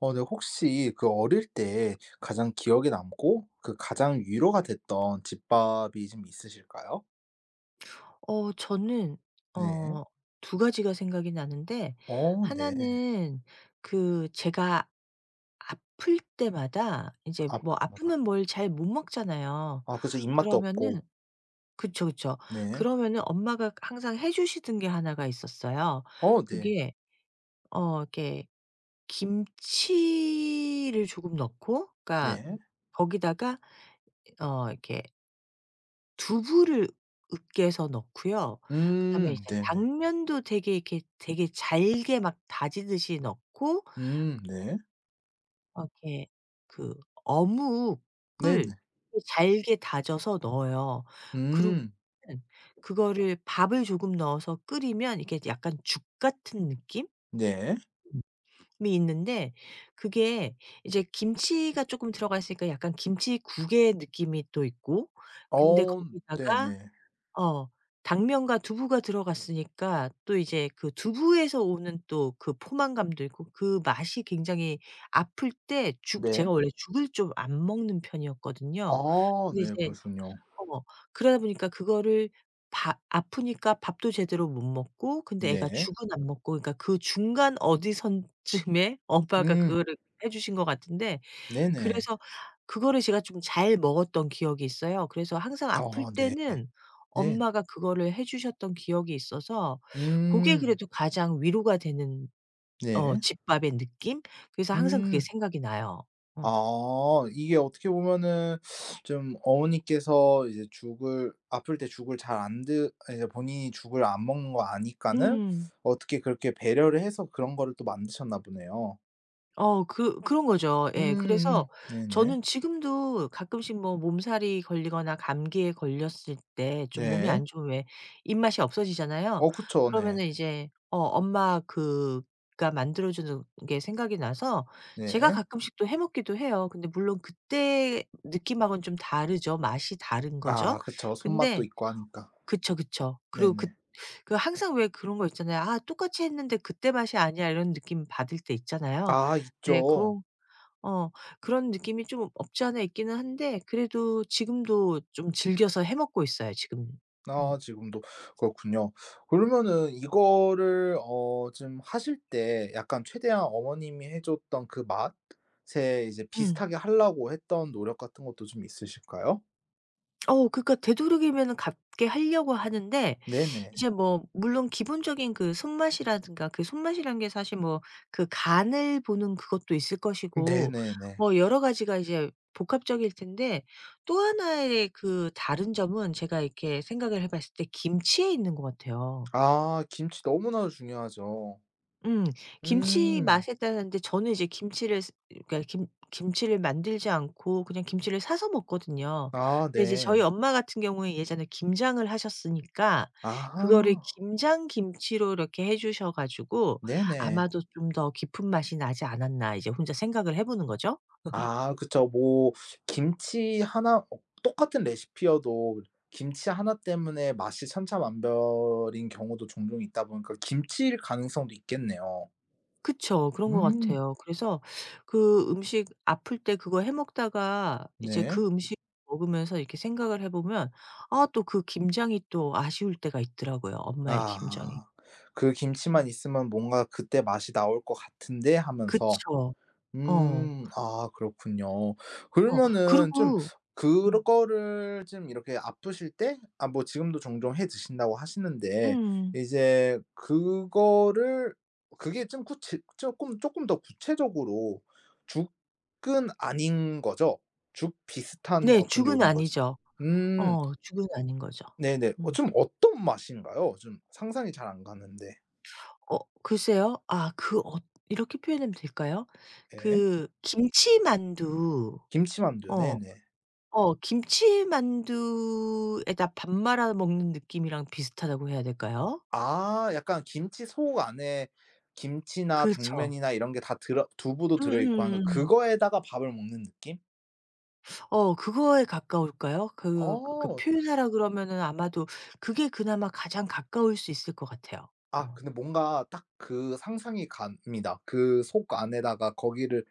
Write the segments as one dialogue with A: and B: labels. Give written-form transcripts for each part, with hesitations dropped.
A: 어 네, 혹시 그 어릴 때 가장 기억에 남고 그 가장 위로가 됐던 집밥이 좀 있으실까요?
B: 저는
A: 네.
B: 어 두 가지가 생각이 나는데
A: 어 네.
B: 하나는 그 제가 아플 때마다 이제 뭐
A: 아플 때마다.
B: 아프면 뭘 잘 못 먹잖아요.
A: 아 그죠. 입맛도
B: 그러면은
A: 없고.
B: 그쵸, 그쵸.
A: 네.
B: 그러면은 엄마가 항상 해 주시던 게 하나가 있었어요.
A: 어 네.
B: 그게 이렇게 김치를 조금 넣고 그러니까
A: 네.
B: 거기다가 이렇게 두부를 으깨서 넣고요. 그다음에 이제
A: 네네.
B: 당면도 되게 이렇게 되게 잘게 막 다지듯이 넣고
A: 네.
B: 이렇게 그 어묵을
A: 네네.
B: 잘게 다져서 넣어요. 그리고는
A: 음
B: 그거를 밥을 조금 넣어서 끓이면 이게 약간 죽 같은 느낌이
A: 네.
B: 있는데 그게 이제 김치가 조금 들어가 있으니까 약간 김치국의 느낌이 또 있고 근데
A: 어
B: 거기다가
A: 네네.
B: 어. 당면과 두부가 들어갔으니까 또 이제 그 두부에서 오는 또 그 포만감도 있고 그 맛이 굉장히 아플 때 죽 제가
A: 네.
B: 원래 죽을 좀 안 먹는
A: 아
B: 편이었거든요.
A: 네
B: 근데
A: 그
B: 이제
A: 렇군요
B: 어 그러다 보니까 그거를 밥 아프니까 밥도 제대로 못 먹고 근데 애가
A: 네.
B: 죽은 안 먹고 그러니까 그 중간 어디선쯤에 엄마가
A: 음
B: 그거를 해 주신 것 같은데
A: 네네.
B: 그래서 그거를 제가 좀 잘 먹었던 기억이 있어요. 그래서 항상 아플
A: 어 네.
B: 때는
A: 네.
B: 엄마가 그거를 해 주셨던 기억이 있어서 고게
A: 음
B: 그래도 가장 위로가 되는
A: 네.
B: 집밥의 느낌? 그래서 항상 그게
A: 음.
B: 생각이 나요. 어.
A: 아 이게 어떻게 보면은 좀 어머니께서 이제 죽을 아플 때 죽을 잘 안 드 이제 본인이 죽을 안 먹는 거 아니까는
B: 음.
A: 어떻게 그렇게 배려를 해서 그런 거를 또 만드셨나 보네요.
B: 그 네. 그런 거죠. 네. 예. 그래서
A: 음음. 네네.
B: 저는 지금도 가끔씩 뭐 몸살이 걸리거나 감기에 걸렸을 때 좀 몸이
A: 네.
B: 안 좋으면 왜 입맛이 없어지잖아요.
A: 어 그쵸. 네.
B: 그러면은 이제 엄마 그가 만들어 주는 게 생각이 나서 제가
A: 네.
B: 가끔씩 또 해 먹기도 해요. 근데 물론 그때 느낌하고는 좀 다르죠. 맛이 다른
A: 아
B: 거죠.
A: 그쵸. 손맛도
B: 근데
A: 있고 하니까.
B: 그쵸, 그쵸. 그리고 그
A: 네네.
B: 그 항상 왜 그런 거 있잖아요. '아 똑같이 했는데 그때 맛이 아니야.' 이런 느낌 받을 때 있잖아요.
A: 아
B: 네.
A: 있죠.
B: 어 그런 느낌이 좀 없지 않아 있기는 한데 그래도 지금도 좀 즐겨서 해 먹고 있어요 지금 음.
A: 아 지금도 그렇군요. 그러면은 이거를 어 좀 하실 때 약간 최대한 어머님이 해 줬던 그 맛에 이제
B: 음.
A: 비슷하게 하려고 했던 노력 같은 것도 좀 있으실까요?
B: 그러니까 되도록이면은 갖게 하려고 하는데
A: 네네.
B: 이제 뭐 물론 기본적인 그 손맛이라든가 그 손맛이라는 게 사실 뭐 그 간을 보는 그것도 있을 것이고
A: 네네네.
B: 뭐 여러 가지가 이제 복합적일 텐데 또 하나의 그 다른 점은 제가 이렇게 생각을 해 봤을 때 김치에 있는 것 같아요.
A: 아 김치 너무나도 중요하죠.
B: 음. 김치
A: 음.
B: 맛에 따라 다데 저는 이제 김치를 쓰 그러니까 김 김치를 만들지 않고 그냥 김치를 사서 먹거든요.
A: 아
B: 근데 이제 저희
A: 네.
B: 엄마 같은 경우에 예전에 김장을 하셨으니까 그거를
A: 아하.
B: 김장 김치로 이렇게 해 주셔 가지고
A: 네네.
B: 아마도 좀 더 깊은 맛이 나지 않았나 이제 혼자 생각을 해 보는 거죠.
A: 아 그쵸. 뭐 김치 하나 어 똑같은 레시피여도 김치 하나 때문에 맛이 천차만별인 경우도 종종 있다 보니까 김치일 가능성도 있겠네요.
B: 그쵸. 그런 것
A: 음
B: 같아요. 그래서 그 음식 아플 때 그거 해 먹다가 이제
A: 네.
B: 그 음식 먹으면서 이렇게 생각을 해 보면 아 또 그 김장이 또 아쉬울 때가 있더라고요, 엄마의 김장이.
A: 아. '그 김치만
B: 음.
A: 있으면 뭔가 그때 맛이 나올 것 같은데.' 하면서
B: 그쵸. 어.
A: 아 그렇군요.
B: 어 그리고
A: 그러면은 좀
B: 음.
A: 그런 거를 좀 이렇게 아프실 때 아 뭐 지금도 종종 해 드신다고 하시는데
B: 음.
A: 이제 그거를 그게 좀 구체 조금 조금 더 구체적으로 죽은 아닌 거죠? 죽 비슷한
B: 네.
A: 어떤
B: 죽은
A: 요리인 거죠?
B: 아니죠.
A: 음.
B: 죽은 아닌 거죠.
A: 네네. 어
B: 음.
A: 좀 어떤 맛인가요? 좀 상상이 잘 안 가는데.
B: 글쎄요. 아 이렇게 표현하면 될까요?
A: 예.
B: 그 김치만두
A: 김치만두.
B: 어
A: 네네.
B: 김치만두에다 밥 말아 먹는 느낌이랑 비슷하다고 해야 될까요?
A: 아 약간 김치 속 안에 김치나
B: 그쵸.
A: 당면이나 이런 게 다 들어 두부도
B: 음
A: 들어 있고 하니까
B: 음음
A: 그거에다가 밥을 먹는 느낌?
B: 그거에 가까울까요? 그 그러니까
A: 어.
B: 표현하라 그러면은 아마도 그게 그나마 가장 가까울 수 있을 것 같아요.
A: 아
B: 어.
A: 근데 뭔가 딱 그 상상이 갑니다. 그 속 안에다가 거기를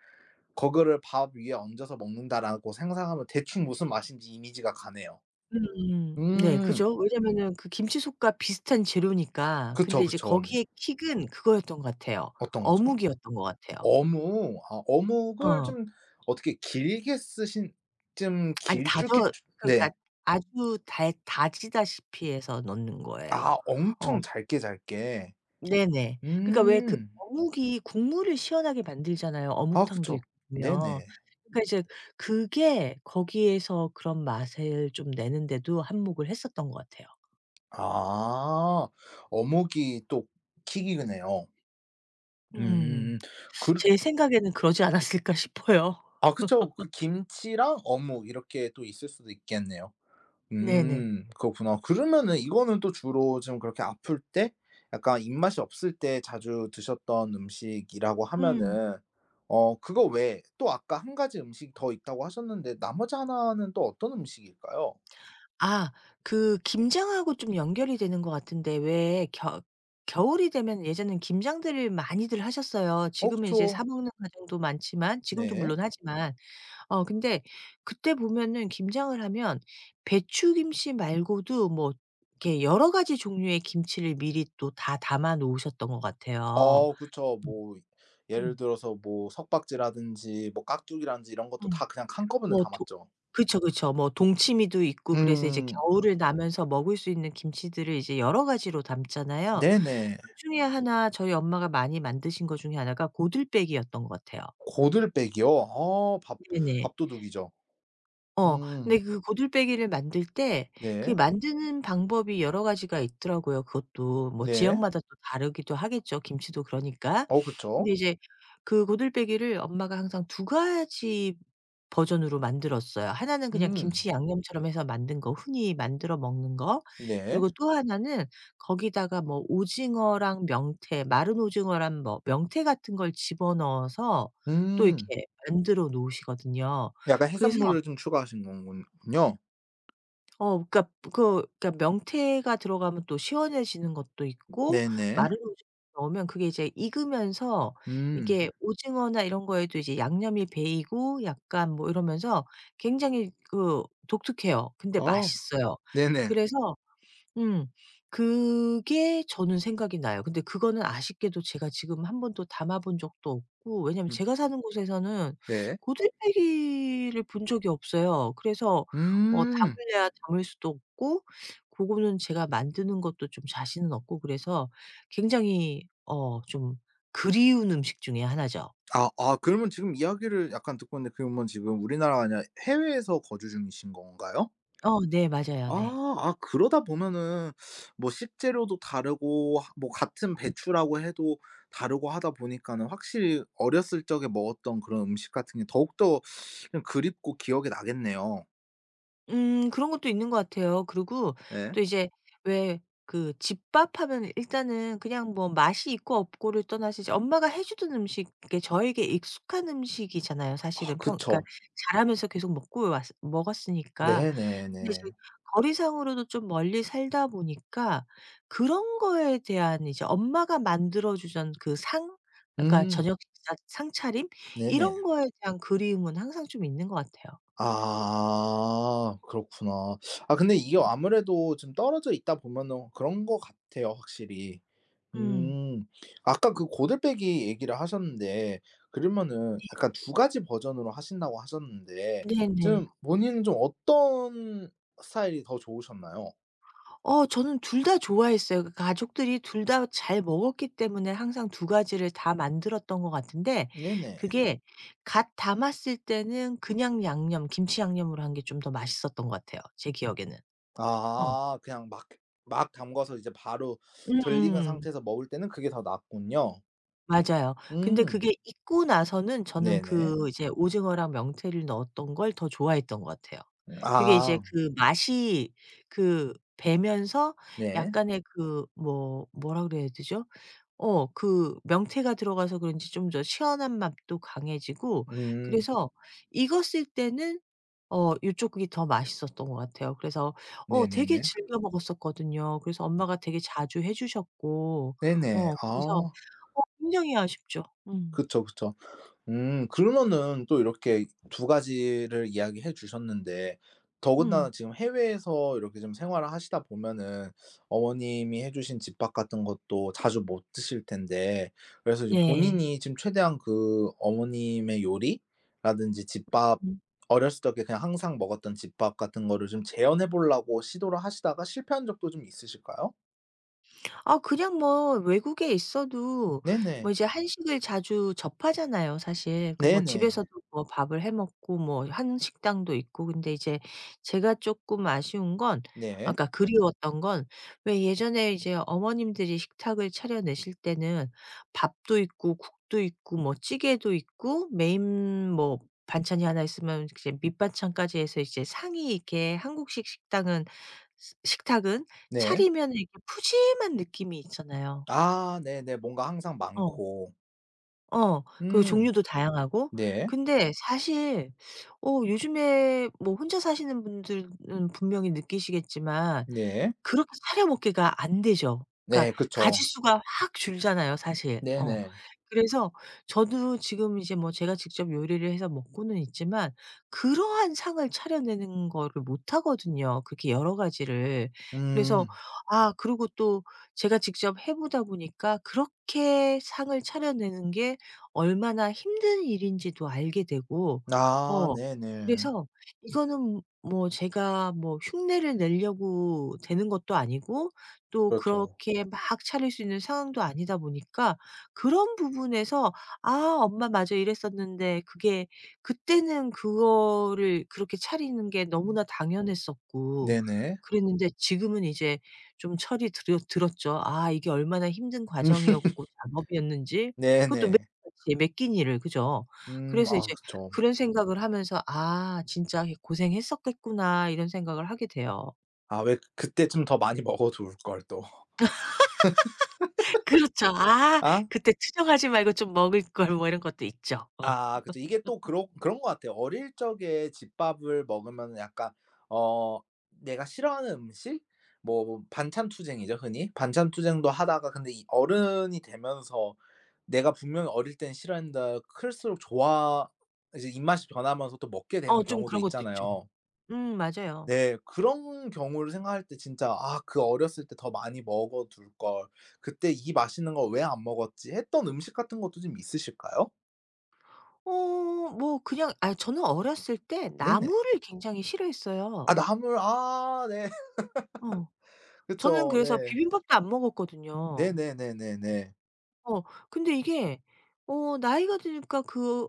A: 거그를 '밥 위에 얹어서 먹는다.'라고 상상하면 대충 무슨 맛인지 이미지가 가네요.
B: 음음. 네
A: 음.
B: 그죠. 왜냐면은 그 김치속과 비슷한 재료니까.
A: 그쵸,
B: 근데 이제
A: 그쵸. 네.
B: 거기에 킥은 그거였던 것 같아요.
A: 어떤 거죠?
B: 어묵이었던 것 같아요.
A: 어묵. 아 어묵을
B: 어.
A: 좀 어떻게 길게 쓰신 좀
B: 아니 다져
A: 길쭉길쭉 네.
B: 그러니까 아주 달 다지다시피 해서 넣는 거예요.
A: 아
B: 어
A: 엄청 잘게 잘게.
B: 네네. 그러니까 왜 그
A: 음.
B: 어묵이 국물을 시원하게 만들잖아요,
A: 아
B: 어묵탕도
A: 그쵸.
B: 있고 보면.
A: 네네.
B: 그러니까 이제 그게 거기에서 그런 맛을 좀 내는데도 한몫을 했었던 것 같아요.
A: 아. 어묵이 또 킥이네요. 음.
B: 음.
A: 그르
B: 제 생각에는 그러지 않았을까 싶어요.
A: 아 그쵸. 그 김치랑 어묵 이렇게 또 있을 수도 있겠네요.
B: 네네.
A: 음. 그렇구나. 그러면은 이거는 또 주로 좀 그렇게 아플 때 약간 입맛이 없을 때 자주 드셨던 음식이라고
B: 음.
A: 하면은 어 그거 외에 또 아까 한 가지 음식이 더 있다고 하셨는데 나머지 하나는 또 어떤 음식일까요?
B: 아 그 김장하고 좀 연결이 되는 것 같은데 왜 겨 겨울이 되면 예전엔 김장들을 많이들 하셨어요.
A: 어
B: 지금은 이제
A: 그쵸.
B: 사 먹는 가정도 많지만 지금도
A: 네.
B: 물론 하지만 근데 그때 보면은 김장을 하면 배추김치 말고도 뭐 이렇게 여러 가지 종류의 김치를 미리 또 다 담아 놓으셨던 것 같아요.
A: 어 그쵸.
B: 음.
A: 뭐 예를
B: 음.
A: 들어서 뭐 석박지라든지 뭐 깍두기라든지 이런 것도
B: 음.
A: 다 그냥 한꺼번에
B: 뭐 도
A: 담았죠.
B: 그쵸, 그쵸. 뭐 동치미도 있고 그래서 이제
A: 음
B: 겨울을 나면서 먹을 수 있는 김치들을 이제 여러 가지로 담잖아요.
A: 네네.
B: 그중에 하나 저희 엄마가 많이 만드신 것 중에 하나가 고들빼기였던 것 같아요.
A: 고들빼기요? 어 밥
B: 네네.
A: 밥도둑이죠.
B: 어. 근데
A: 음
B: 그 고들빼기를 만들 때 그
A: 네.
B: 만드는 방법이 여러 가지가 있더라고요 그것도. 뭐
A: 네.
B: 지역마다 또 다르기도 하겠죠 김치도 그러니까.
A: 어 그쵸.
B: 근데 이제 그 고들빼기를 엄마가 항상 두 가지 버전으로 만들었어요. 하나는 그냥
A: 음
B: 김치 양념처럼 해서 만든 거 흔히 만들어 먹는 거.
A: 네.
B: 그리고 또 하나는 거기다가 뭐 오징어랑 명태, 마른 오징어랑 뭐 명태 같은 걸 집어넣어서 또
A: 음
B: 이렇게 만들어 놓으시거든요.
A: 약간
B: 그래서
A: 해산물을 좀 추가하신 건군 군요.
B: 그러니까 그러니까 명태가 들어가면 또 시원해지는 것도 있고
A: 네네.
B: 마른 오징어 넣으면 그게 이제 익으면서
A: 음.
B: 이게 오징어나 이런 거에도 이제 양념이 배이고 약간 뭐 이러면서 굉장히 그 독특해요. 근데
A: 아
B: 맛있어요.
A: 네네.
B: 그래서 음. 그게 저는 생각이 나요. 근데 그거는 아쉽게도 제가 지금 한 번도 담아 본 적도 없고 왜냐면
A: 음
B: 제가 사는 곳에서는
A: 네.
B: 고들빼기를 본 적이 없어요. 그래서 뭐
A: 음.
B: 담으려야 담을 수도 없고 고거는 제가 만드는 것도 좀 자신은 없고 그래서 굉장히 좀 그리운 음식 중에 하나죠.
A: 아 아 그러면 지금 이야기를 약간 듣고 있는데 그러면 지금 우리나라가 아니라 해외에서 거주 중이신 건가요?
B: 어 네. 맞아요.
A: 아.
B: 네.
A: 아 그러다 보면은 뭐 식재료도 다르고 하 뭐 같은 배추라고 해도 다르고 하다 보니까는 확실히 어렸을 적에 먹었던 그런 음식 같은 게 더욱더 좀 그립고 기억에 나겠네요.
B: 그런 것도 있는 것 같아요. 그리고
A: 네.
B: 또 이제 왜 그 집밥 하면 일단은 그냥 뭐 맛이 있고 없고를 떠나서 이제 엄마가 해 주던 음식 이게 저에게 익숙한 음식이잖아요
A: 아
B: 사실은. 평 그러니까
A: 그쵸.
B: 자라면서 계속 먹고 왔 먹었으니까. 근데 이제
A: 네네네.
B: 거리상으로도 좀 멀리 살다 보니까 그런 거에 대한 이제 엄마가 만들어 주던 그 상 그러니까
A: 음.
B: 저녁 식사 상차림
A: 네네.
B: 이런 거에 대한 그리움은 항상 좀 있는 것 같아요.
A: 아 그렇구나. 아 근데 이게 아무래도 좀 떨어져 있다 보면은 그런 것 같아요 확실히.
B: 음.
A: 음. 아까 그 고들빼기 얘기를 하셨는데
B: 네.
A: 그러면은 약간 두 가지 버전으로 하신다고 하셨는데
B: 네네.
A: 좀 본인은 좀 어떤 스타일이 더 좋으셨나요?
B: 저는 둘 다 좋아했어요. 그 가족들이 둘 다 잘 먹었기 때문에 항상 두 가지를 다 만들었던 것 같은데
A: 네네.
B: 그게 갓 담았을 때는 그냥 양념 김치 양념으로 한 게 좀 더 맛있었던 것 같아요, 제 기억에는. 어.
A: 아 그냥 막 막 담가서 이제 바로 덜 익은
B: 음음.
A: 상태에서 먹을 때는 그게 더 낫군요.
B: 맞아요. 근데
A: 음.
B: 그게 익고 나서는 저는
A: 네네.
B: 그 이제 오징어랑 명태를 넣었던 걸 더 좋아했던 것 같아요. 그게 이제
A: 아
B: 그 맛이 그 배면서
A: 네.
B: 약간의 그 뭐 뭐라 그래야 되죠? 그 명태가 들어가서 그런지 좀 더 시원한 맛도 강해지고
A: 음.
B: 그래서 익었을 때는 요쪽이 더 맛있었던 것 같아요. 그래서 되게
A: 네네네.
B: 즐겨 먹었었거든요. 그래서 엄마가 되게 자주 해 주셨고
A: 네네.
B: 그래서
A: 아
B: 굉장히 아쉽죠. 음.
A: 그쵸, 그쵸. 그러면은 또 이렇게 두 가지를 이야기해 주셨는데 더군다나
B: 음.
A: 지금 해외에서 이렇게 좀 생활을 하시다 보면은 어머님이 해 주신 집밥 같은 것도 자주 못 드실 텐데 그래서 이제
B: 네.
A: 본인이 지금 최대한 그 어머님의 요리라든지 집밥 어렸을 적에 그냥 항상 먹었던 집밥 같은 거를 좀 재현해 보려고 시도를 하시다가 실패한 적도 좀 있으실까요?
B: 아 그냥 뭐 외국에 있어도 뭐
A: 네네.
B: 이제 한식을 자주 접하잖아요 사실. 그 뭐
A: 네네.
B: 집에서도 뭐 밥을 해 먹고 뭐 한 식당도 있고 근데 이제 제가 조금 아쉬운 건 아
A: 네.
B: 까 그리웠던 건 왜 예전에 이제 어머님들이 식탁을 차려 내실 때는 밥도 있고 국도 있고 뭐 찌개도 있고 메인 뭐 반찬이 하나 있으면 이제 밑반찬까지 해서 이제 상이 이렇게 한국식 식당은 식탁은 차
A: 네.
B: 리면 이렇게 푸짐한 느낌이 있잖아요.
A: 아 네네. 뭔가 항상
B: 어.
A: 많고.
B: 어. 그
A: 음.
B: 종류도 다양하고.
A: 네.
B: 근데 사실 요즘에 뭐 혼자 사시는 분들은 분명히 느끼시겠지만
A: 네.
B: 그렇게 사려 먹기가 안 되죠.
A: 네
B: 그러니까
A: 그쵸.
B: 가짓수가 확 줄잖아요 사실. 어.
A: 네네.
B: 그래서 저도 지금 이제 뭐 제가 직접 요리를 해서 먹고는 있지만 그러한 상을 차려내는 거를 못하거든요 그렇게 여러 가지를. 그래서
A: 음.
B: 아 그리고 또 제가 직접 해 보다 보니까 그렇게 상을 차려내는 게 얼마나 힘든 일인지도 알게 되고
A: 아
B: 어
A: 네네.
B: 그래서 이거는 뭐 제가 뭐 흉내를 내려고 되는 것도 아니고 또
A: 그렇죠.
B: 그렇게 막 차릴 수 있는 상황도 아니다 보니까 그런 부분에서 '아 엄마 맞아. 이랬었는데.' 그게 그때는 그거를 그렇게 차리는 게 너무나 당연했었고
A: 네네.
B: 그랬는데 지금은 이제 좀 철이 들여 들었죠. 아 이게 얼마나 힘든 과정이었고 작업이었는지. 그것도 매일
A: 네네.
B: 같이, 매끼니를. 그죠? 그래서
A: 아
B: 이제
A: 그쵸.
B: 그런 생각을 하면서 '아 진짜 고생했었겠구나.' 이런 생각을 하게 돼요.
A: 아 왜 그때쯤 더 많이 먹어 둘 걸 또.
B: 그렇죠. 아
A: 아?
B: 그때 투정하지 말고 좀 먹을 걸 뭐 이런 것도 있죠. 어.
A: 아 그쵸. 이게 또 그런 그런 것 같아요. 어릴 적에 집밥을 먹으면은 약간 어 내가 싫어하는 음식? 뭐 반찬 투쟁이죠 흔히. 반찬 투쟁도 하다가 근데 이 어른이 되면서 내가 분명히 어릴 땐 싫어했는데 클수록 좋아 이제 입맛이 변하면서 또 먹게 되는
B: 좀
A: 경우도
B: 그런 것도 있죠.
A: 있잖아요.
B: 맞아요.
A: 네. 그런 경우를 생각할 때 진짜 '아 그 어렸을 때 더 많이 먹어 둘 걸. 그때 이 맛있는 걸 왜 안 먹었지.' 했던 음식 같은 것도 좀 있으실까요?
B: 뭐 그냥 아 저는 어렸을 때
A: 네네.
B: 나물을 굉장히
A: 아
B: 싫어했어요.
A: 나물 아 네.
B: 어. 저는
A: 그쵸.
B: 그래서
A: 네.
B: 비빔밥도 안 먹었거든요.
A: 네네네네네.
B: 어 근데 이게 나이가 드니까 그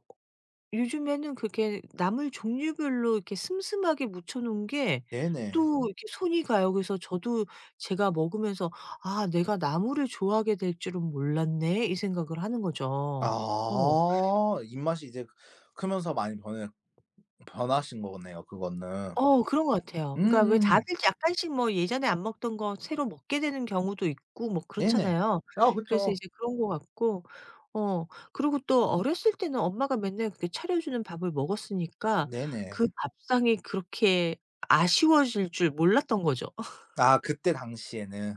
B: 요즘에는 그게 나물 종류별로 이렇게 슴슴하게 묻혀 놓은 게
A: 네네.
B: 또 이렇게 손이 가요. 그래서 저도 제가 먹으면서 '아 내가 나물을 좋아하게 될 줄은 몰랐네.' 이 생각을 하는 거죠. 어.
A: 아 입맛이 이제 크면서 많이 변해 변하신 거네요 그거는.
B: 그런 것 같아요. 그러니까 왜
A: 음음.
B: 다들 약간씩 뭐 예전에 안 먹던 거 새로 먹게 되는 경우도 있고 뭐
A: 네네.
B: 그렇잖아요.
A: 아
B: 그래서
A: 그쵸.
B: 이제 그런 것 같고 어 그리고 또 어렸을 때는 엄마가 맨날 그렇게 차려 주는 밥을 먹었으니까
A: 네네.
B: 그 밥상이 그렇게 아쉬워질 줄 몰랐던 거죠.
A: 아 그때 당시에는.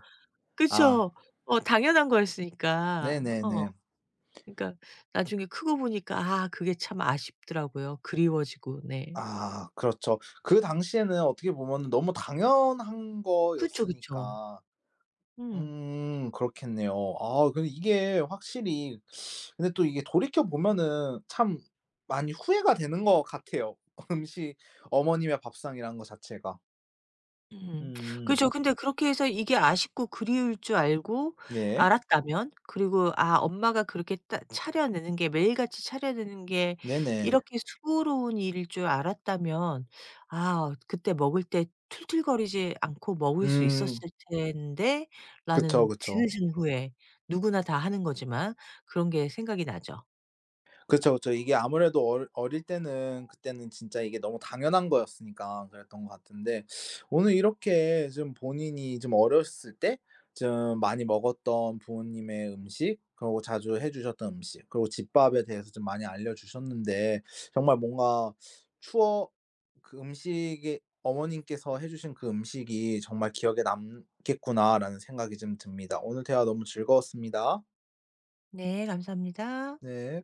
A: 아
B: 그쵸. 당연한 거였으니까.
A: 네네네.
B: 그러니까 나중에 크고 보니까 아 그게 참 아쉽더라고요, 그리워지고. 네.
A: 아 그렇죠. 그 당시에는 어떻게 보면은 너무 당연한
B: 그쵸, 그쵸.
A: 거였으니까.
B: 음.
A: 그렇겠네요. 아 근데 이게 확실히 근데 또 이게 돌이켜 보면은 참 많이 후회가 되는 것 같아요. 음식 어머님의 밥상이라는 거 자체가.
B: 음.
A: 음.
B: 그죠. 근데 그렇게 해서 이게 아쉽고 그리울 줄 알고
A: 예.
B: 알았다면 그리고 '아 엄마가 그렇게 따 차려내는 게 매일같이 차려내는 게
A: 네네.
B: 이렇게 수고로운 일일 줄 알았다면 아 그때 먹을 때 툴툴거리지 않고 먹을 수 있었을
A: 음. 그쵸,
B: 텐데.'라는
A: 그쵸.
B: 뒤늦은 후회 누구나 다 하는 거지만 그런 게 생각이 나죠.
A: 그쵸, 그쵸. 이게 아무래도 어릴 어릴 때는 그때는 진짜 이게 너무 당연한 거였으니까 그랬던 것 같은데 오늘 이렇게 좀 본인이 좀 어렸을 때 좀 많이 먹었던 부모님의 음식, 그리고 자주 해 주셨던 음식, 그리고 집밥에 대해서 좀 많이 알려주셨는데 정말 뭔가 추억 그 음식이 어머님께서 해 주신 그 음식이 정말 기억에 남겠구나라는 생각이 좀 듭니다. 오늘 대화 너무 즐거웠습니다.
B: 네 감사합니다.
A: 네.